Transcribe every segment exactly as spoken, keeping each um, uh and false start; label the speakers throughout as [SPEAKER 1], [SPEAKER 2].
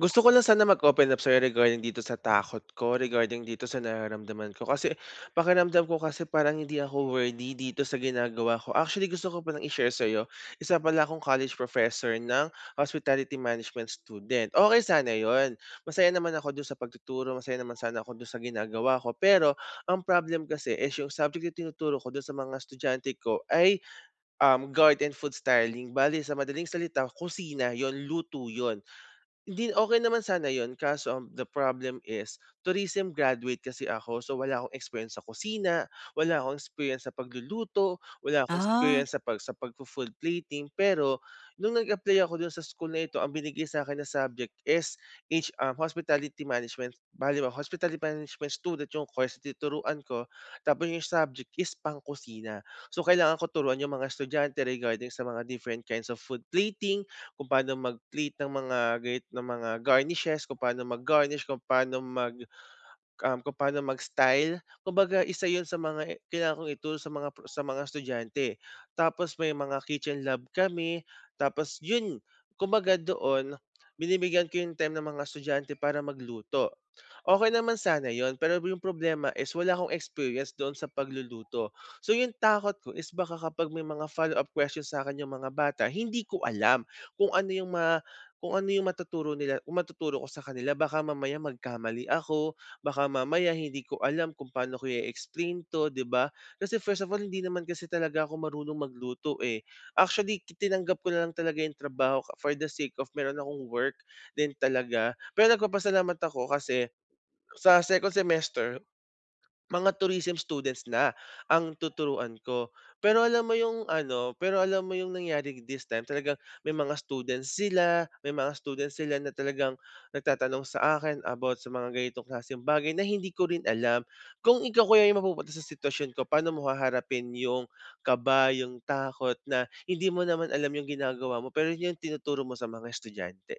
[SPEAKER 1] Gusto ko lang sana mag-open up sa'yo regarding dito sa takot ko, regarding dito sa nararamdaman ko. Kasi pakiramdam ko kasi parang hindi ako worthy dito sa ginagawa ko. Actually, gusto ko palang i-share sa'yo. Isa pala akong college professor ng hospitality management student. Okay sana yon. Masaya naman ako doon sa pagtuturo. Masaya naman sana ako doon sa ginagawa ko. Pero ang problem kasi is yung subject na tinuturo ko doon sa mga estudyante ko ay um, garden food styling. Bali, sa madaling salita, kusina yon luto yon hindi, okay naman sana yon, kaso ang the problem is tourism graduate kasi ako so wala akong experience sa kusina, wala akong experience sa pagluluto, wala akong
[SPEAKER 2] Ah,
[SPEAKER 1] experience sa pag sa pag food plating. Pero nung nag-apply ako dun sa school na ito ang binigay sa'kin na subject is H um, hospitality management. Bale well, hospitality management student yung course na tinuturuan ko tapos yung subject is pang kusina, so kailangan ko turuan yung mga estudyante regarding sa mga different kinds of food plating, kung paano mag-plate ng mga gayet ng mga garnishes, kung paano mag-garnish, kung paano mag um, kung paano mag-style. Kumbaga isa 'yun sa mga i- kailangan kong i sa mga pro sa mga estudyante. Tapos may mga kitchen lab kami, tapos 'yun, kumbaga doon binibigyan ko 'yung time ng mga estudyante para magluto okay naman sana yon pero yung problema is wala akong experience doon sa pagluluto. So yung takot ko is baka kapag may mga follow-up questions sa'kin yung mga bata, hindi ko alam kung ano yung ma kung ano yung matuturo nila kung matuturo ko sa kanila. Baka mamaya magkamali ako, baka mamaya hindi ko alam kung paano ko i-explain 'to, 'di ba? Kasi first of all, hindi naman kasi talaga ako marunong magluto, eh. Actually, ki tinanggap ko na lang talaga yung trabaho for the sake of meron akong work din talaga. Pero nagpapasalamat ako kasi sa second semester, mga tourism students na ang tuturuan ko. Pero alam mo yung ano, pero alam mo yung nangyari this time, talagang may mga students sila, may mga students sila na talagang nagtatanong sa akin about sa mga ganitong klaseng bagay na hindi ko rin alam. Kung ikaw kuya yung mapupunta sa sitwasyon ko, paano mo haharapin yung kaba, yung takot na hindi mo naman alam yung ginagawa mo, pero yun yung tinuturo mo sa mga estudyante?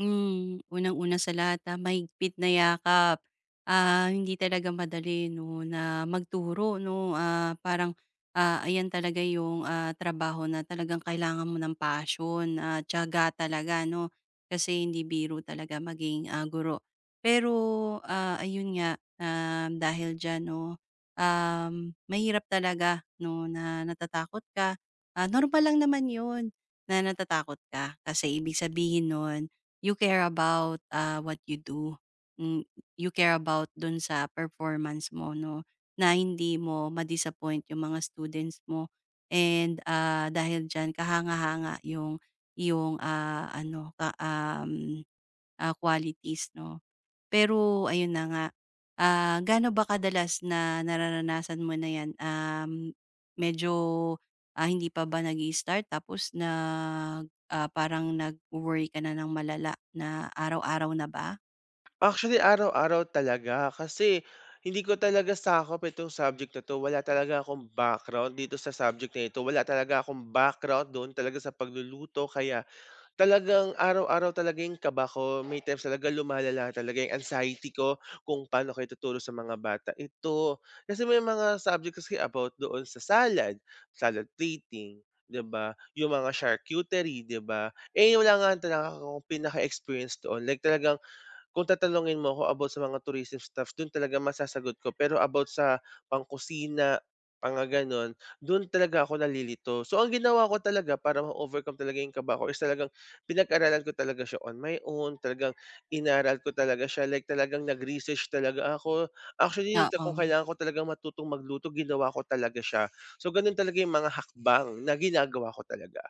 [SPEAKER 2] Hmm, unang-una sa lahat, ah, mahigpit na yakap. Ah, hindi talaga madali 'no, na magturo 'no, ah, parang, ah, ayan talaga yung, ah, trabaho na talagang kailangan mo ng passion at tiyaga talaga 'no, kasi hindi biro talaga maging, ah, guro. Pero, ah, ayun nga, um, dahil diyan 'no, um, mahirap talaga 'no, na natatakot ka. Ah, normal lang naman yun na natatakot ka, kasi ibig sabihin nun you care about, ah, what you do. Hmm, you care about dun sa performance mo 'no, na hindi mo ma-disappoint yung mga students mo and, ah, dahil diyan kahanga-hanga yung yung, ah, ano ka um, ah, qualities 'no. Pero ayun na nga, ah, gaano ba kadalas na nararanasan mo na 'yan? Um, medyo, ah, hindi pa ba nag start tapos na parang nag worry ka na ng malala na araw-araw na ba?
[SPEAKER 1] Actually, araw-araw talaga kasi hindi ko talaga sakop itong subject na 'to. Wala talaga akong background dito sa subject na ito. Wala talaga akong background do'n talaga sa pagluluto kaya talagang araw-araw talaga yung kaba ko. May times talaga lumalala talaga yung anxiety ko kung paano ko ituturo sa mga bata ito. Kasi may mga subject kasi about doon sa salad, salad plating, 'di ba? Yung mga charcuterie, 'di ba? Eh, wala nga talaga akong pinaka-experience doon like talagang kung tatanungin mo ako about sa mga tourism stuff, dun talaga masasagot ko. Pero about sa pangkusina, mga gano'n, dun talaga ako nalilito. So, ang ginawa ko talaga para ma-overcome talaga yung kaba ko is talagang pinag-aralan ko talaga siya on my own, talagang inaral ko talaga siya, like talagang nag-research talaga ako. Actually, ito, kung
[SPEAKER 2] Oo.
[SPEAKER 1] kailangan ko talagang matutong magluto, ginawa ko talaga siya. So, ganun talaga yung mga hakbang na ginagawa ko talaga.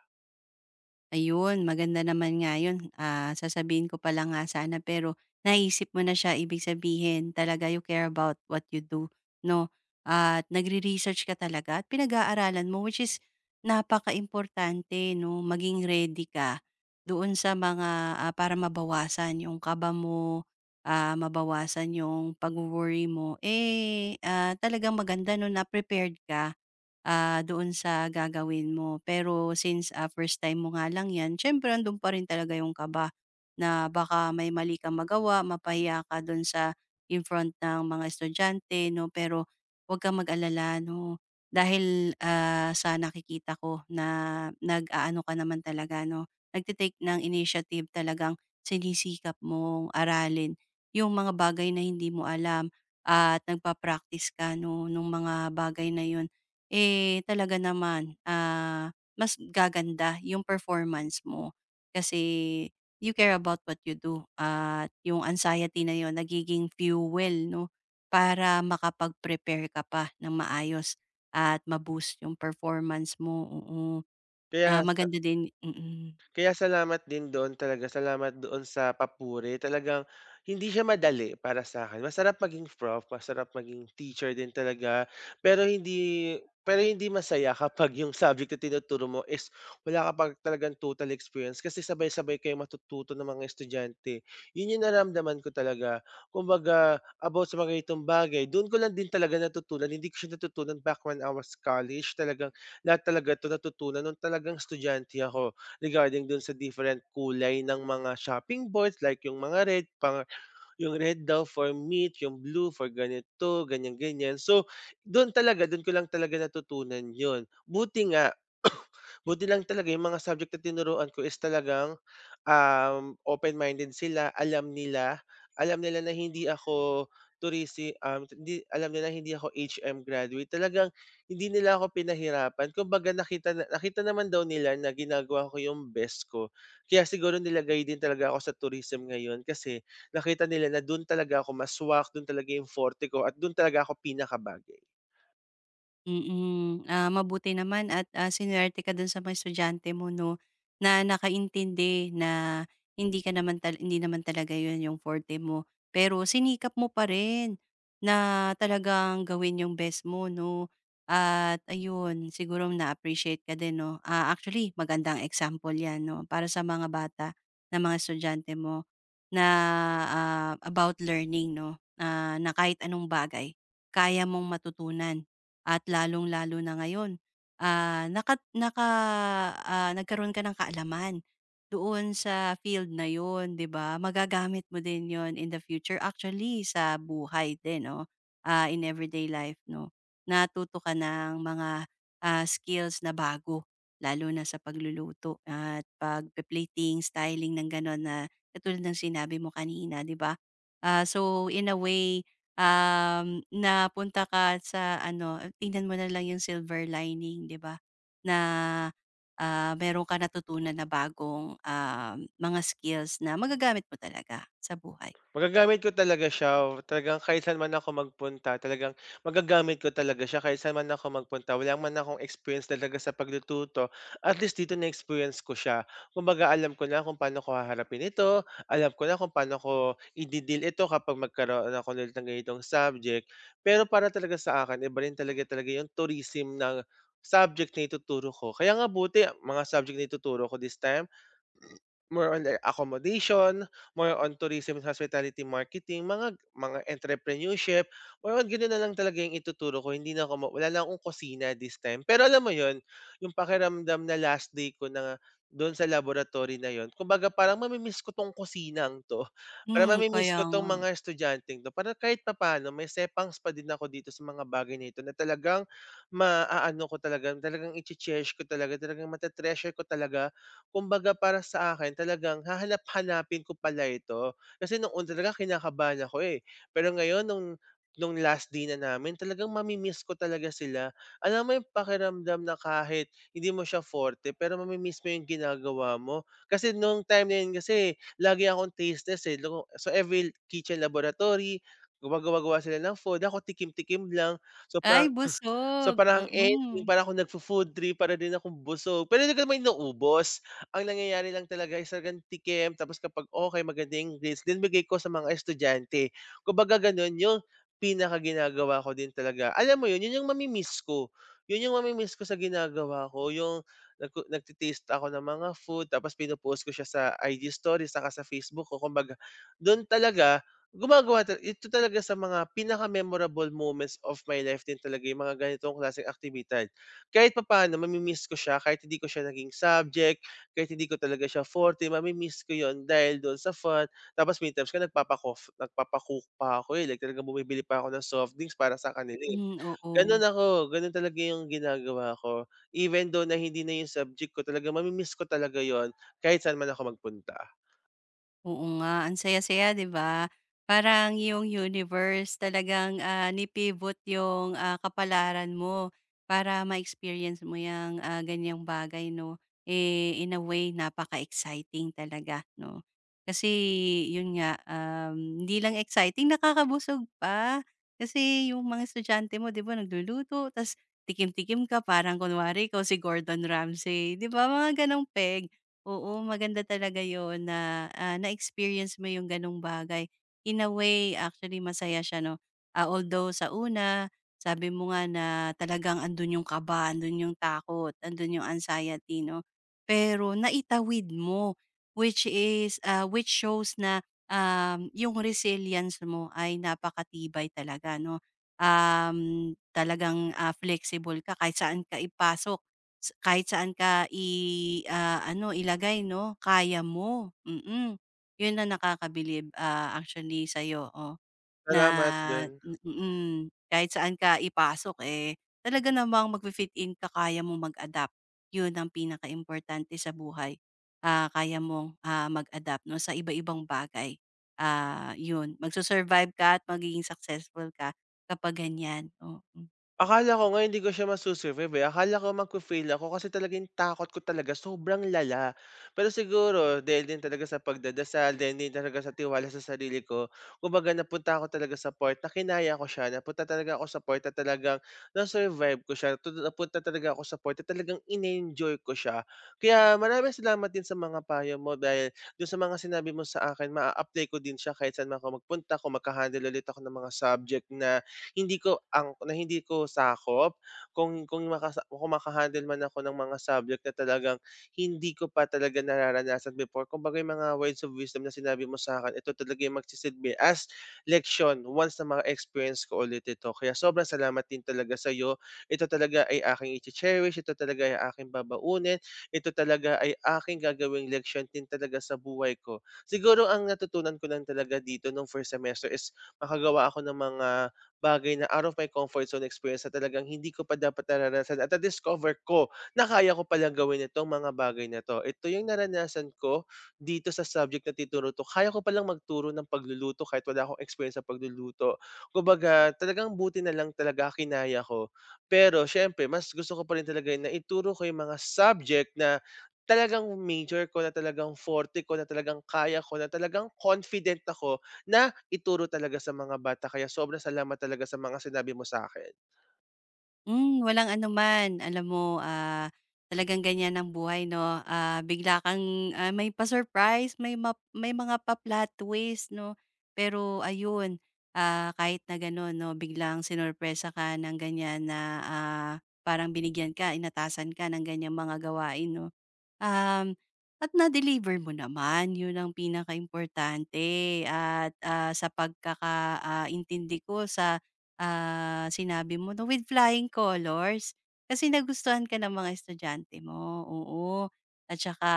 [SPEAKER 2] Ayun, maganda naman nga yun, ah, sasabihin ko pala nga sana pero naisip mo na siya ibig sabihin talaga you care about what you do 'no, at nagre-research ka talaga at pinag-aaralan mo which is napaka importante, 'no, maging ready ka doon sa mga, ah, para mabawasan yung kaba mo, ah, mabawasan yung pagwo-worry mo, eh, ah, talagang maganda 'no na prepared ka. Ah, doon sa gagawin mo. Pero since, ah, first time mo nga lang 'yan, siyempre ando'n pa rin talaga yung kaba na baka may mali kang magawa, mapahiya ka do'n sa in front ng mga estudyante 'no. Pero huwag kang mag-alala 'no, dahil, ah, sa nakikita ko na nag-aano ka naman talaga 'no, nagte ng initiative, talagang sinisikap mong aralin yung mga bagay na hindi mo alam at nagpa-practice ka 'no, nung mga bagay na yun. Eh, talaga naman, ah, mas gaganda yung performance mo kasi you care about what you do at yung anxiety na yun nagiging fuel 'no, para makapag-prepare ka pa ng maayos at ma-boost yung performance mo, oo. Ah,
[SPEAKER 1] Kaya
[SPEAKER 2] maganda din. Mm. Mm.
[SPEAKER 1] Kaya salamat din doon talaga, salamat doon sa papuri. Talagang hindi siya madali para sa sa'kin. Masarap maging prof, masarap maging teacher din talaga, pero hindi pero hindi masaya kapag yung subject na tinuturo mo is wala ka pa talagang total experience kasi sabay-sabay kayong matututo ng mga estudyante. Yun yung naramdaman ko talaga. Kumbaga, about sa mga ganitong bagay, doon ko lang din talaga natutunan. Hindi ko siya natutunan back when I was college. Talagang lahat talaga 'to natutunan nung talagang estudyante ako regarding dun sa different kulay ng mga shopping boards like yung mga red, pang yung red daw for meat, yung blue for ganito, ganyan-ganyan. So, dun talaga, dun ko lang talaga natutunan yun. Buti nga, buti lang talaga yung mga subject na tinuruan ko is talagang um, open-minded sila, alam nila alam nila na hindi ako tourist, um, hindi alam nila hindi ako H M graduate. Talagang hindi nila ako pinahirapan. Kumbaga nakita na nakita naman daw nila na ginagawa ko yung best ko. Kaya siguro nilagay din talaga ako sa tourism ngayon kasi nakita nila na dun talaga ako maswak, dun talaga yung forte ko at dun talaga ako pinakabagay.
[SPEAKER 2] Mm, ah, mabuti naman at, ah, sinuwerte ka dun sa mga estudyante mo 'no, na nakaintindi na hindi ka naman tal hindi naman talaga yun yung forte mo. Pero sinikap mo pa rin na talagang gawin yung best mo 'no, at ayun siguro na-appreciate ka din 'no. Ah, actually magandang example 'yan 'no, para sa mga bata na mga estudyante mo na, ah, about learning 'no, ah, na kahit anong bagay kaya mong matutunan. At lalong-lalo na ngayon, ah, nakat naka ah, nagkaroon ka ng kaalaman doon sa field na yun, 'di ba? Magagamit mo din yon in the future, actually sa buhay din 'no, ah, in everyday life 'no. Natuto ka ng mga, ah, skills na bago, lalo na sa pagluluto at pagpe-plating, styling ng gano'n na katulad ng sinabi mo kanina, 'di ba? Ah, so in a way um, napunta ka sa ano, tingnan mo na lang yung silver lining, 'di ba? Na, ah, meron ka natutunan na bagong, um, mga skills na magagamit mo talaga sa buhay.
[SPEAKER 1] Magagamit ko talaga siya, talagang kahit saan man ako magpunta talagang magagamit ko talaga siya kahit saan man ako magpunta. Wala man akong experience talaga sa pagluluto, at least dito na-experience ko siya. Kumbaga alam ko na kung paano ko haharapin ito, alam ko na kung paano ko ide-deal ito kapag magkaroon ako ulit ng ganitong subject. Pero para talaga sa akin iba rin talaga talaga yung tourism ng subject na ituturo ko. Kaya nga buti mga subject na ituturo ko this time more on their accommodation, more on tourism and hospitality marketing, mga mga entrepreneurship, more on gano'n na lang talaga yung ituturo ko hindi na ako ma wala na akong kusina this time. Pero alam mo yon, yung pakiramdam na last day ko na do'n sa laboratory na 'yun, kumbaga parang mami-miss ko 'tong kusinang 'to, para
[SPEAKER 2] Hmm,
[SPEAKER 1] mami-miss
[SPEAKER 2] kaya
[SPEAKER 1] ko 'tong
[SPEAKER 2] nga.
[SPEAKER 1] mga estudyanteng 'to, para kahit papaano may sepangs pa din ako dito sa mga bagay na ito na talagang maaano ko talaga, talagang iche-cherish ko talaga, talagang mate ko talaga Kumbaga para sa akin talagang hahanap-hanapin ko pala ito. Kasi nung una talaga kinakabahan ako, eh. Pero ngayon nung nung last day na namin talagang mami-miss ko talaga sila. Alam mo yung pakiramdam na kahit hindi mo siya forte pero mami-miss mo yung ginagawa mo. Kasi nung time na yun kasi lagi akong tasteless, eh. Lugo so every kitchen laboratory, gumagawa-gawa sila ng food, ako tikim-tikim lang. So
[SPEAKER 2] Ay
[SPEAKER 1] parang so
[SPEAKER 2] busog,
[SPEAKER 1] parang ang ending
[SPEAKER 2] mm.
[SPEAKER 1] para akong nagfo-food trip, para din akong busog, pero hindi ko naman inuubos. Ang nangyayari lang talaga is talagang tikim tapos kapag okay maganda yung grades then bigay ko sa mga estudyante. Kumbaga gano'n yung pinaka ginagawa ko din talaga. Alam mo yun, yun yung mami-miss ko. Yun yung mami-miss ko sa ginagawa ko, yung nagku nagte ako ng mga food tapos pino-post ko siya sa I G stories saka sa Facebook ko. Kumbaga dun talaga gumagawa ta ito talaga sa mga pinaka-memorable moments of my life din talaga yung mga ganitong klaseng aktibidad. Kahit papaano mami-miss ko siya kahit hindi ko siya naging subject, kahit hindi ko talaga siya forte, mami-miss ko yon dahil doon sa fun. Tapos may times nga nagpapa-coff pa ako, eh, like talagang bumibili pa ako ng soft drinks para sa kanila, eh.
[SPEAKER 2] Hmm, oo.
[SPEAKER 1] Gano'n ako, gano'n talaga 'yung ginagawa ko. Even though na hindi na 'yung subject ko, talaga mami-miss ko talaga yon, kahit saan man ako magpunta.
[SPEAKER 2] Oo nga, ang saya-saya 'di ba? Parang yung universe talagang, ah, ni-pivot yung, ah, kapalaran mo para ma-experience mo yung ah, ganiyang bagay 'no. Eh, in a way napaka-exciting talaga 'no. Kasi yun nga, um, hindi lang exciting nakakabusog pa. Kasi yung mga estudyante mo 'di ba nagluluto ta's tikim-tikim ka parang kunwari ikaw si Gordon Ramsay, 'di ba mga gano'ng peg. Oo, maganda talaga yon na, ah, na-experience mo yung gano'ng bagay. In a way, actually masaya siya 'no, ah, although sa una, sabi mo nga na talagang andun yung kaba, andun yung takot, andun yung anxiety 'no. Pero naitawid mo, which is, ah, which shows na, um, yung resilience mo ay napakatibay talaga 'no. Um, talagang, ah, flexible ka kahit saan ka ipasok sa kahit saan ka i ah, ano ilagay 'no, kaya mo, mm. 'Yun na nakakabilib, ah, actually sa oh, na
[SPEAKER 1] Salamat do'n.
[SPEAKER 2] mm, kahit saan ka ipasok, eh, talaga namang magfi-fit in ka, kaya mo mag-adapt. 'Yun ang pinakaimportante sa buhay, ah, kaya mong, ah, mag-adapt 'no, sa iba-ibang bagay. Ah, 'yun, magsu-survive ka at magiging successful ka kapag ganyan oo.
[SPEAKER 1] Akala ko nga hindi ko siya masu-survive, eh. Akala ko magfe-fail ako kasi talagang takot ko talaga sobrang lala. Pero siguro dahil din talaga sa pagdadasal, dahil din talaga sa tiwala sa sarili ko, kumbaga napunta ako talaga sa part na kinaya ko siya, napunta talaga ako sa part na talagang na-survive ko siya, tu napunta talaga ako sa part na talagang in-enjoy ko siya. Kaya maraming salamat din sa mga payo mo dahil doon sa mga sinabi mo sa akin maa-apply ko din siya kahit saan man ako magpunta kung magha ulit ako ng mga subject na hindi ko ang na hindi ko sakop kung kung makasa kung maka man ako ng mga subject na talagang hindi ko pa talaga nararanasan before. Kumbaga yung mga words of wisdom na sinabi mo sa akin ito talaga yung magsisilbi as leksyon once na ma-experience ko ulit ito. Kaya sobrang salamat din talaga sa'yo. Ito talaga ay aking iche-cherish, ito talaga ay aking babaunin, ito talaga ay aking gagawing leksyon din talaga sa buhay ko. Siguro ang natutunan ko lang talaga dito nung first semester is makagawa ako ng mga bagay na out of my comfort zone experience na talagang hindi ko pa dapat naranasan at na-discover ko na kaya ko palang gawin itong mga bagay na 'to. Ito yung naranasan ko dito sa subject na tituro 'to. Kaya ko palang magturo ng pagluluto kahit wala akong experience sa pagluluto. Kumbaga talagang buti na lang talaga kinaya ko. Pero siyempre mas gusto ko pa rin talaga na ituro ko yung mga subject na talagang major ko, na talagang forte ko, na talagang kaya ko, na talagang confident ako na ituro talaga sa mga bata kaya sobrang salamat talaga sa mga sinabi mo sa akin.
[SPEAKER 2] Hmm, walang anuman. Alam mo, ah, talagang ganyan ang buhay 'no, ah, bigla kang, ah, may pa-surprise, may map may mga pa-plot twist 'no. Pero ayun, ah, kahit na gano'n 'no, biglang sinurpresa ka ng ganyan na, ah, parang binigyan ka, inatasan ka ng ganyang mga gawain 'no. Um, at na-deliver mo naman, yun ang pinaka importante at, ah, sa pagkaka ah, intindi ko sa, ah, sinabi mo 'no, with flying colors. Kasi nagustuhan ka ng mga estudyante mo, oo. At saka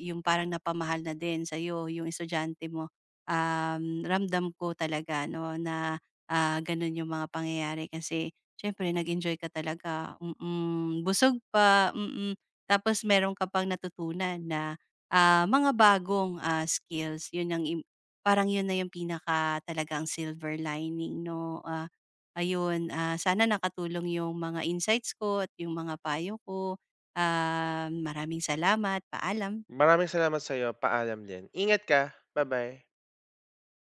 [SPEAKER 2] yung parang napamahal na din sa'yo yung estudyante mo. Um, ramdam ko talaga 'no na, ah, ganun yung mga pangyayari kasi siyempre nag-enjoy ka talaga, mm. Busog pa, mm. Tapos meron ka pang natutunan na, ah, mga bagong, ah, skills. 'Yun ang im Parang 'yun na yung pinaka talagang silver lining 'no. Ah, ayun, ah, sana nakatulong yung mga insights ko at yung mga payo ko. Um, maraming salamat. Paalam.
[SPEAKER 1] Maraming salamat sa sa'yo, paalam din. Ingat ka, bye bye